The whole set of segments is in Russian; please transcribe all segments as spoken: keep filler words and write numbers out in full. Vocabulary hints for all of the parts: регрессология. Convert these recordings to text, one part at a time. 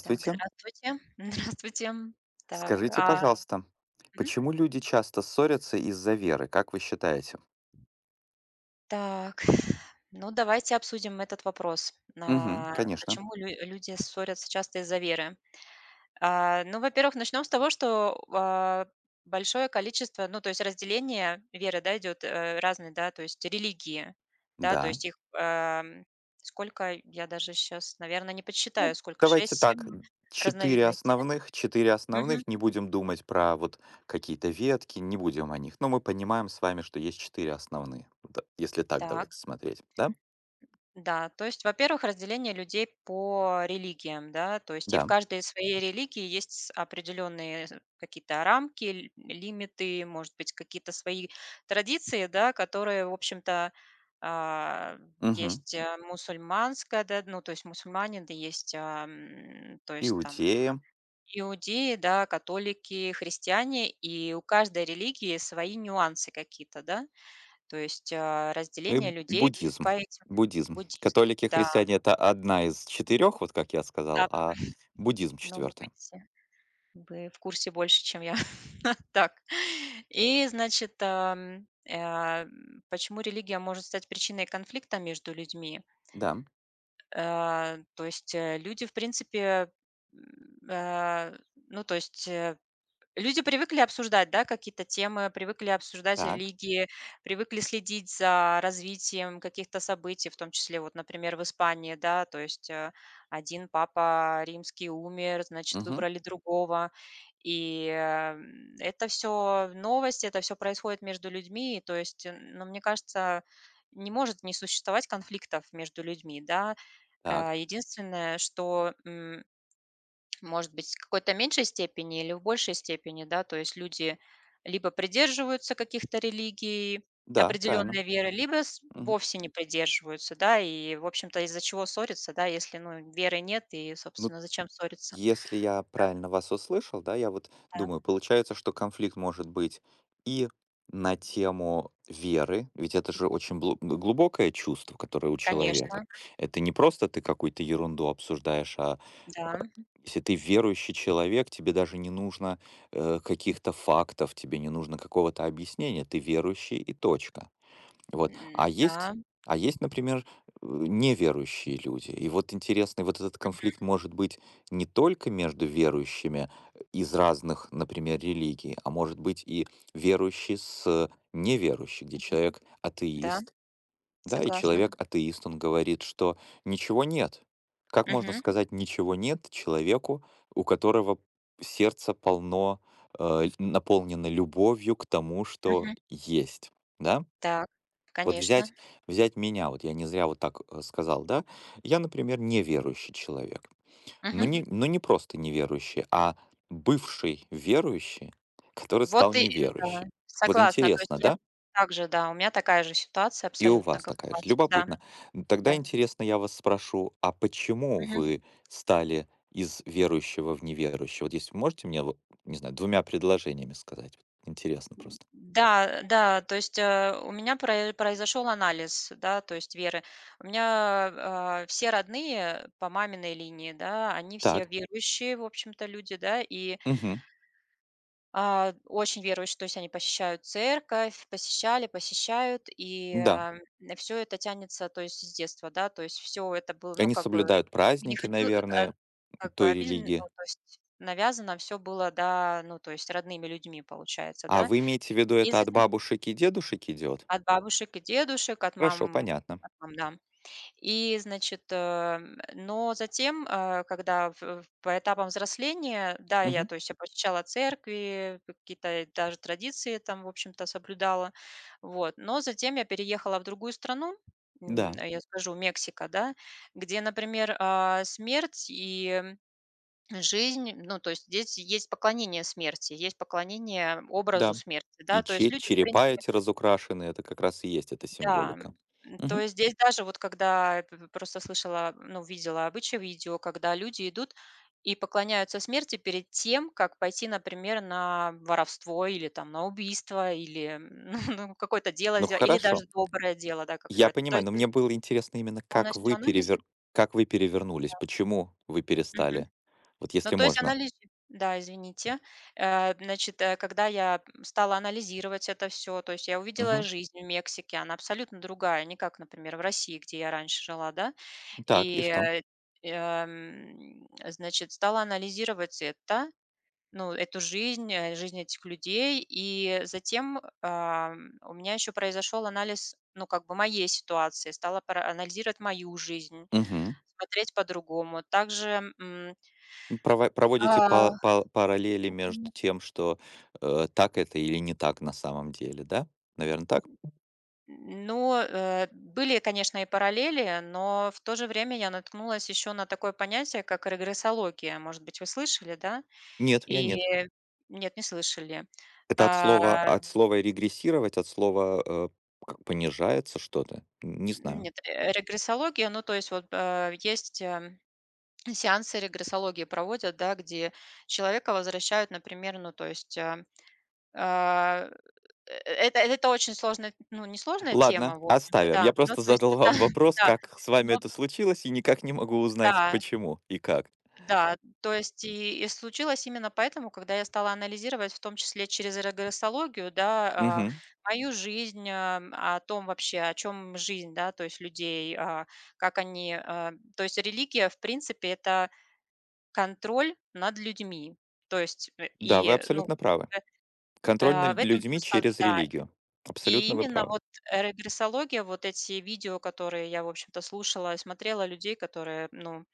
Так, здравствуйте. Здравствуйте. Так, Скажите, а, пожалуйста, мгм. почему люди часто ссорятся из-за веры, как вы считаете? Так, ну давайте обсудим этот вопрос. Мгм, А, конечно. почему лю- люди ссорятся часто из-за веры? А, ну, во-первых, начнем с того, что а, большое количество, ну, то есть разделение веры, да, идет э, разные, да, то есть религии, да, то Да. есть их ам, Сколько, я даже сейчас, наверное, не подсчитаю, Ну, сколько, давайте так. шесть-семь м, Четыре разновидностей, да? основных, четыре Мгм. основных. Не будем думать про вот какие-то ветки, не будем о них. Но мы понимаем с вами, что есть четыре основные. Да. Если так, Так. давайте смотреть. Да? Да, то есть, во-первых, разделение людей по религиям, да, то есть и в Да. каждой своей религии есть с- определенные с- какие-то рамки, л- лимиты, может быть, какие-то свои традиции, да, которые, в общем-то, а, Мгм. есть э, мусульманская, да, ну, то есть мусульмане, да, есть, а, м, то есть там Иудея иудеи, да, католики, христиане, и у каждой религии свои нюансы какие-то, да, то есть, а, и разделение б- людей буддизм. по этим Буддизм. буддизм. Католики, Да, христиане — это одна из четырех, вот как я да, сказал, а буддизм ну вот четвертая. видите, вы в курсе больше, чем я. Так. И, значит, ам, а, почему религия может стать причиной конфликта между людьми? Да. Э, то есть, э, люди, в принципе, м, а, ну, то есть, э, люди привыкли обсуждать, да, какие-то темы, привыкли обсуждать Так, религии, привыкли следить за развитием каких-то событий, в том числе, вот, например, в Испании, да, то есть э, один папа римский умер, значит, мгм, выбрали другого, и э, м, это все новости, это все происходит между людьми, и то есть, э, ну, мне кажется, не может не существовать конфликтов между людьми, да. так, Э, единственное, что м, может быть, в какой-то меньшей степени или в большей степени, да, то есть люди либо придерживаются каких-то религий, да, правильно. определенной веры, либо с- Мгм. вовсе не придерживаются, да, и, в общем-то, из-за чего ссориться, да, если, ну, веры нет, и, Ну, собственно, зачем ссориться? если я Да, правильно вас услышал, да, я вот да, думаю, получается, что конфликт может быть и на тему веры, ведь это же очень блу- глубокое чувство, которое у конечно, человека. Это не просто ты какую-то ерунду обсуждаешь, а да, если ты верующий человек, тебе даже не нужно э, каких-то фактов, тебе не нужно какого-то объяснения, ты верующий и точка. Вот. А м, есть да, а есть, например, э, неверующие люди. И вот интересный вот этот конфликт может быть не только между верующими э, из разных, например, религий, а может быть и верующий с неверующим, где мгм, человек да, атеист, да, и согласна. человек атеист, он говорит, что ничего нет. Как можно Мгм, сказать ничего нет человеку, у которого сердце полно, э, наполнено любовью к тому, что мгм, есть, да? так, Вот конечно. взять, взять меня, вот я не зря вот так э, сказал, да, я, например, неверующий человек, но Мгм. не, но не просто неверующий, а бывший верующий, который Вот стал и, э, да, неверующим. Вот согласна, то интересно, есть я да? также, да, у меня такая же ситуация И у абсолютно, вас как такая у же. вас, да, Любопытно. Н- Тогда да. интересно, я вас спрошу, а почему Мгм. вы стали из верующего в неверующего? Вот если вы можете мне, вот, не знаю, двумя предложениями сказать. Вот интересно просто. Да, да, то есть, э, у меня про произошел анализ, да, то есть веры. У меня, э, все родные по маминой линии, да, они все Так, верующие, в общем-то, люди, да, и, мгм, а, очень верующие, то есть они посещают церковь, посещали, посещают, и, да. все это тянется, то есть с детства, да, то есть все это было, ну, Они как бы, соблюдают не праздники, хочу, э, наверное, как бы той обидно, ну, религии. то есть навязано все было, да, ну, то есть родными людьми, получается, А да. вы имеете в виду, И это от затем бабушек и дедушек идет? от бабушек и дедушек, от Хорошо, мам понятно. от мам, да. И, значит, эм, но затем, э, когда в в по этапам взросления, да, я, Мгм. то есть, я посещала церкви, какие-то даже традиции там, в общем-то, соблюдала. Вот. Но затем я переехала в другую страну, м, Да, э, я скажу, Мексика, да, где, например, а, смерть и жизнь, ну, то есть здесь есть поклонение смерти, есть поклонение образу да. смерти, да. И То есть че люди, в черепа принципе, эти разукрашенные — это как раз и есть эта да, символика. м, то Мгм. есть здесь даже вот когда п просто слышала, ну, видела обычаи видео, когда люди идут и поклоняются смерти перед тем, как пойти, например, на воровство или там на убийство, или, м, ну, какое-то дело Ну сделать, или даже хорошо, доброе дело, да, я какое-то. То понимаю, есть но мне было интересно именно, как полностью вы анализ. перевер как вы перевернулись, почему вы Мгм. перестали? Вот Ну, если то есть можно. анализ. Да, извините. Э, значит, э, когда я, стала анализировать это все, то есть я увидела Мгм. жизнь в Мексике, она абсолютно другая, не как, например, в России, где я раньше жила, да. Так, и И, что? э, эм, значит, стала анализировать это, ну, эту жизнь, э, жизнь этих людей. И затем, ам, у меня еще произошел анализ, ну, как бы моей ситуации. Стала пара анализировать мою жизнь, Мгм. смотреть по-другому. Также, м, Прова Проводите па А, па параллели между тем, что, э, так это или не так на самом деле, да? Наверное, так? ну, э, были, конечно, и параллели, но в то же время я наткнулась еще на такое понятие, как регрессология. Может быть, вы слышали, да? Нет, я И нет. нет, не слышали. Это от слова А, от слова "регрессировать", от слова, э, как понижается что-то? Не знаю. нет, э, регрессология, ну, то есть вот, а, есть, эм, сеансы регрессологии проводят, да, где человека возвращают, например, ну, то есть, а, а, э, это это очень сложная, ну, не сложная Ладно, тема, в общем-то, оставим. да. Я Ну, просто то есть задал это вам вопрос, да, как с вами но это случилось, и никак не могу узнать, да. почему и как. Да, то есть и и случилось именно поэтому, когда я стала анализировать, в том числе через регрессологию, да, Ага. а, Мгм. мою жизнь, а, о том вообще, о чем жизнь, да, то есть людей, а, как они, а, то есть религия, в принципе, это контроль над людьми, то есть э, Да, вы и, ну, абсолютно правы. э, Контроль а, в над этом всё людьми сказано, через да. религию. И Абсолютно вы именно правы. вот, э, регрессология, вот эти видео, которые я, в общем-то, слушала и смотрела людей, которые, ну,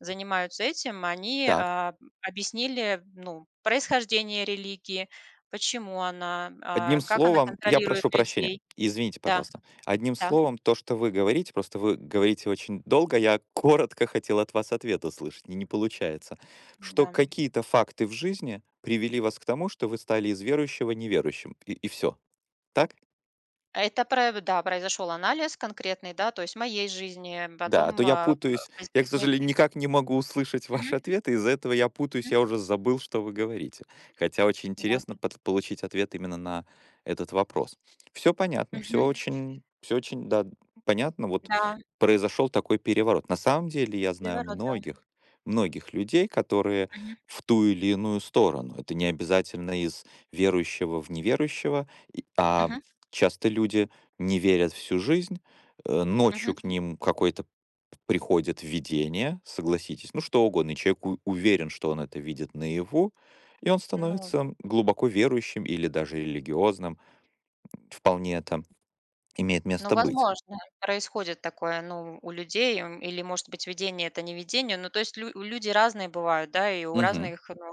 занимаются этим, они, Так. а, объяснили, ну, происхождение религии, почему она, а, Одним как она словом, я контролирует прошу прощения. людей. Извините, Да, пожалуйста. Одним да, словом, то, что вы говорите, просто вы говорите очень долго, я коротко хотел от вас ответ услышать, и не получается, что да. какие-то факты в жизни привели вас к тому, что вы стали из верующего неверующим, и, и все. Так? Это про да, произошел анализ конкретный, да, то есть моей жизни, Да, а то потом, я а, э, путаюсь. Я, к возникли. сожалению, никак не могу услышать Мгм, ваши ответы. Из-за этого я путаюсь, мгм, я уже забыл, что вы говорите. Хотя очень да, интересно пот- получить ответ именно на этот вопрос. Все понятно, мгм, все очень, все очень, да, понятно. Вот да, произошел такой переворот. На самом деле я знаю переворот, да, многих, многих людей, которые мгм, в ту или иную сторону. Это не обязательно из верующего в неверующего, и- а мгм, часто люди не верят всю жизнь, э, мгм. ночью к ним какой-то приходит видение, согласитесь, ну что угодно, и человек у- уверен, что он это видит наяву, и он Ну, становится глубоко верующим или даже религиозным. Вполне это имеет ну, место быть. возможно, происходит такое, ну, у людей, м, или, может быть, видение- это не видение. Ну, то есть лю люди разные бывают, да, и у Мгм. разных, ну,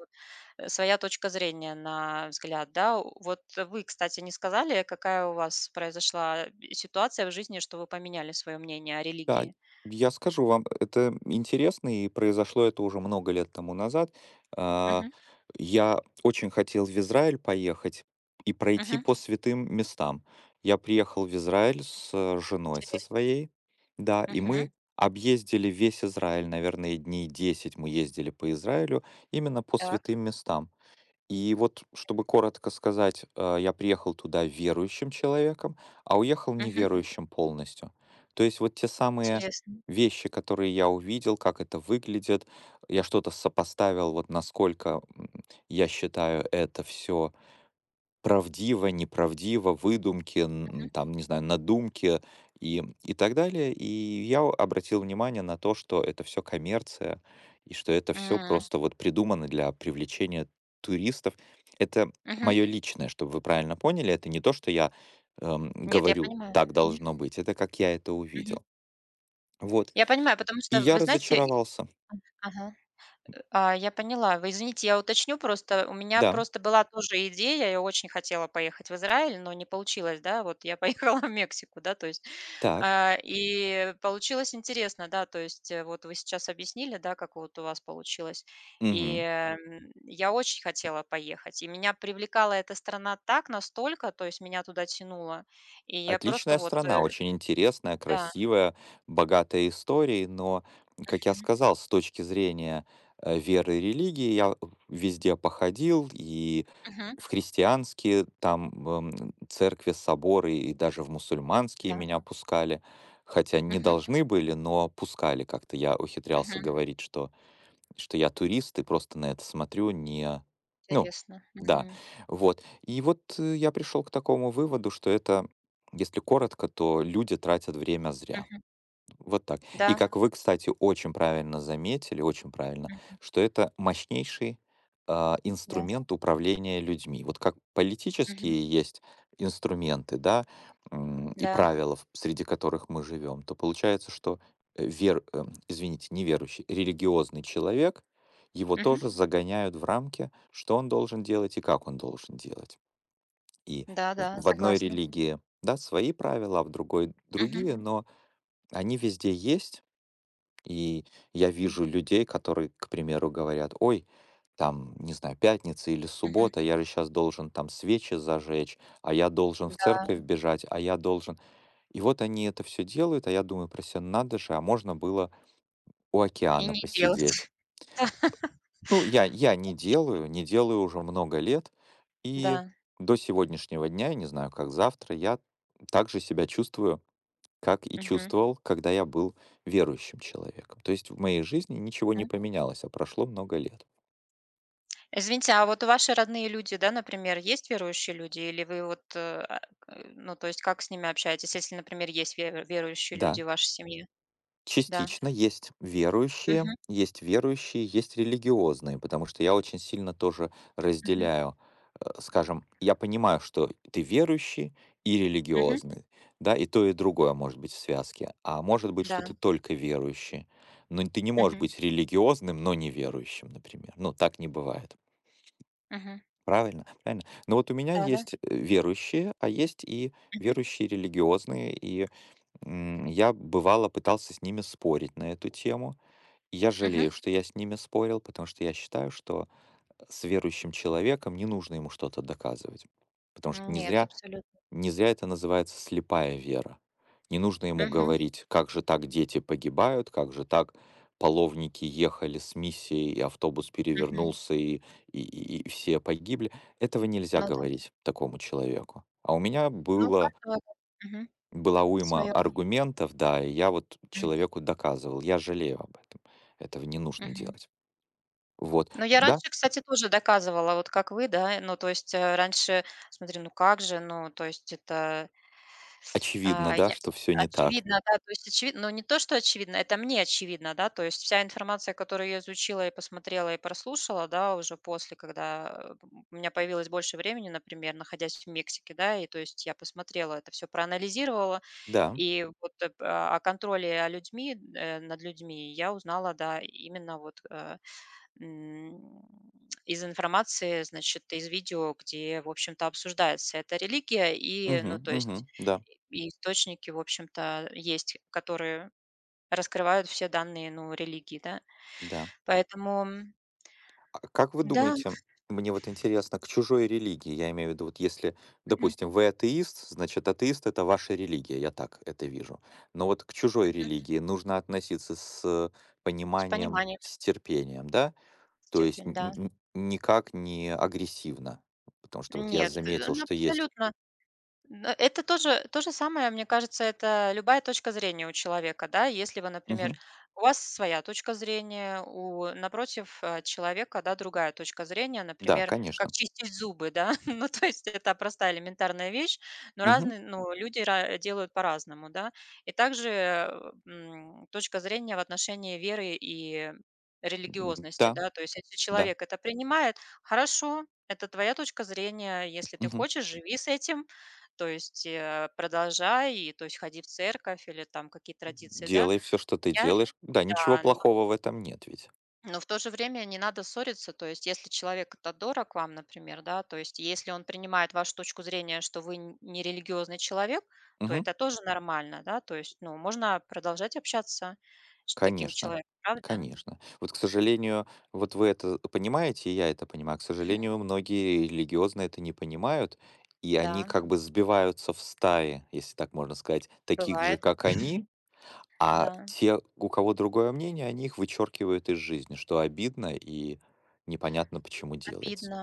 э, своя точка зрения на взгляд, да. У- Вот вы, кстати, не сказали, какая у вас произошла, э, ситуация в жизни, что вы поменяли свое мнение о Да, религии? я скажу вам, это интересно, и произошло это уже много лет тому назад. А, Мгм, Я очень хотел в Израиль поехать и пройти мгм. по святым местам. Я приехал в Израиль с э, женой со Интересно. своей, да, и Мгм. мы объездили весь Израиль, наверное, дней десять. Мы ездили по Израилю именно по Так. святым местам. И вот, чтобы коротко сказать, э, я приехал туда верующим человеком, а уехал Мгм. неверующим полностью. То есть вот те самые Интересно. вещи, которые я увидел, как это выглядит, я что-то сопоставил, вот насколько м, я считаю это все правдиво, неправдиво, выдумки, Мгм. н- там, не знаю, надумки и, и так далее. И я о- обратил внимание на то, что это все коммерция, и что это все М. просто вот придумано для привлечения туристов. Это Мгм. мое личное, чтобы вы правильно поняли, это не то, что я эм, Нет, я говорю, понимаю. так Мгм, должно быть, это как я это мгм. увидел. Вот. Я понимаю, потому И что, я вы знаете и. разочаровался. Ага. А, я поняла. Вы извините, я уточню просто. У меня Да, просто была тоже идея, я очень хотела поехать в Израиль, но не получилось, да, вот я поехала в Мексику, да, то есть, так. а, и получилось интересно, да, то есть, э, вот вы сейчас объяснили, да, как вот у вас получилось, и Мгм. эм, я очень хотела поехать, и меня привлекала эта страна так настолько, то есть, меня туда тянуло, и я просто Отличная вот, страна, э, очень интересная, да, красивая, богатая историей, но, как я мгм, сказал, с точки зрения э, веры и религии я везде походил, и мгм, в христианские там эм, церкви, соборы, и даже в мусульманские да, меня пускали, хотя не мгм, должны были, но пускали как-то. Я ухитрялся мгм, говорить, что что я турист и просто на это смотрю, не ну интересно, да, мгм, вот. И вот, э, я пришел к такому выводу, что это, если коротко, то люди тратят время зря. мгм, Вот так. И да. как вы, кстати, очень правильно заметили, очень правильно, что это мощнейший а, Да. инструмент управления людьми. Вот как Мгм. политические есть инструменты, да, м, и Да. правила, в- среди которых мы живем, то получается, что э, вер, эм, извините, неверующий, религиозный человек, его Мгм. тоже загоняют в рамки, что он должен делать и как он должен делать. И в Да-да, в одной согласна. религии, да, свои правила, а в другой Мгм. другие, но они везде есть, и я М. вижу людей, которые, к примеру, говорят: "Ой, там, не знаю, пятница или Мгм. суббота, я же сейчас должен там свечи зажечь, а я должен в Да. церковь бежать, а я должен". И вот они это все делают, а я думаю про себя: "Надо же, а можно было у И океана не делать. посидеть". Ну, я я не делаю, не делаю уже много лет, и Да. до сегодняшнего дня, я не знаю, как завтра, я также себя чувствую как и Мгм. чувствовал, когда я был верующим человеком. То есть в моей жизни ничего не Мгм. поменялось, а прошло много лет. Извините, а вот ваши родные люди, да, например, есть верующие люди? Или вы вот, э, а, э, ну, то есть как с ними общаетесь, если, например, есть ве верующие люди Да, в вашей семье? Да. частично есть верующие, Мгм. есть верующие, есть религиозные, потому что я очень сильно тоже Мгм. разделяю, э, скажем, я понимаю, что ты верующий и Мгм. религиозный, да, и то, и другое может быть в связке, а может быть, что Да. ты только верующий, но ты не можешь Мгм. быть религиозным, но не верующим, например, ну, так не бывает. Мгм. Правильно, правильно. Но вот у меня Да-да. есть э, верующие, а есть и Мгм. верующие религиозные, и м, я бывало пытался с ними спорить на эту тему. И я Мгм. жалею, что я с ними спорил, потому что я считаю, что с верующим человеком не нужно ему что-то доказывать. Потому что не Нет, зря абсолютно. не зря это называется слепая вера. Не нужно ему Мгм. говорить, как же так дети погибают, как же так половники ехали с миссией, и автобус Мгм. перевернулся, и, и, и- и все погибли. Этого нельзя Ну да. говорить такому человеку. А у меня Ну, у было, каждого, свое. была уйма аргументов, да, и я вот человеку доказывал, я жалею об этом. Этого не нужно делать. Вот, Ну, я да, раньше, кстати, тоже доказывала, вот как вы, да. Ну, то есть, э, раньше смотрю, ну как же, ну, то есть это, очевидно, а, да, я что все не так. очевидно, да, то есть очевидно, но не то, что очевидно, это мне очевидно, да, то есть вся информация, которую я изучила и посмотрела, и прослушала, да, уже после, когда, э, у меня появилось больше времени, например, находясь в Мексике, да, и то есть я посмотрела это все проанализировала, Да, и вот, э, п а, о контроле, о людьми, э, над людьми я узнала, да, именно вот, э М, из информации, значит, из видео, где, в общем-то, обсуждается эта религия, и, ну, угу, то есть, угу, да, и источники, в общем-то, есть, которые раскрывают все данные, ну, религии, да. да. Поэтому, м, А как вы да, думаете, мне вот интересно, к чужой религии, я имею в виду, вот если, мгм, допустим, вы атеист, значит, атеист — это ваша религия, я так это вижу. Но вот к чужой мгм, религии нужно относиться с с пониманием, пониманием, с терпением, да? с То есть терпением, н- да. н- никак не агрессивно, потому что вот я Нет, э, заметил, ну, что есть... абсолютно. Но это тоже то же самое, мне кажется, это любая точка зрения у человека, да. Если вы, например, Мгм. у вас своя точка зрения, у напротив, э, человека, да, другая точка зрения, Да, например, как конечно. чистить зубы, да. Ну, то есть это простая элементарная вещь, но Мгм. разные, ну, люди ра делают по-разному, да. И также, э, м, точка зрения в отношении веры и М, религиозности, Да, да. То есть если да. человек это принимает, хорошо, это твоя точка зрения. Если ты Мгм. хочешь, живи с этим. То есть, э, продолжай, и то есть ходи в церковь или там какие традиции, да. Делай все, что ты Я делаешь. Да, ничего да, но плохого в этом нет ведь. но в то же время не надо ссориться. То есть если человек это дорог вам, например, да, то есть если он принимает вашу точку зрения, что вы н не религиозный человек, то Мгм. это тоже нормально, да. То есть, ну, можно продолжать общаться с таким Конечно, человеком, правда? конечно. Вот, к сожалению, вот вы это понимаете, и я это понимаю. К сожалению, многие религиозно это не понимают, и они Да, как бы сбиваются в стаи, если так можно сказать, таких же, бывает, как они, а да. те, у кого другое мнение, они их вычеркивают из жизни, что обидно и непонятно, почему делается. Обидно.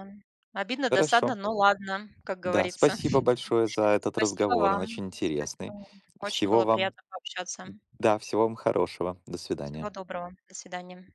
Обидно, Хорошо. досадно, но ладно, как Да, говорится. спасибо большое за этот Спасибо разговор, он вам. очень Спасибо интересный. вам. Очень Всего было вам, приятно пообщаться. да, всего вам хорошего. До свидания. Всего доброго. До свидания.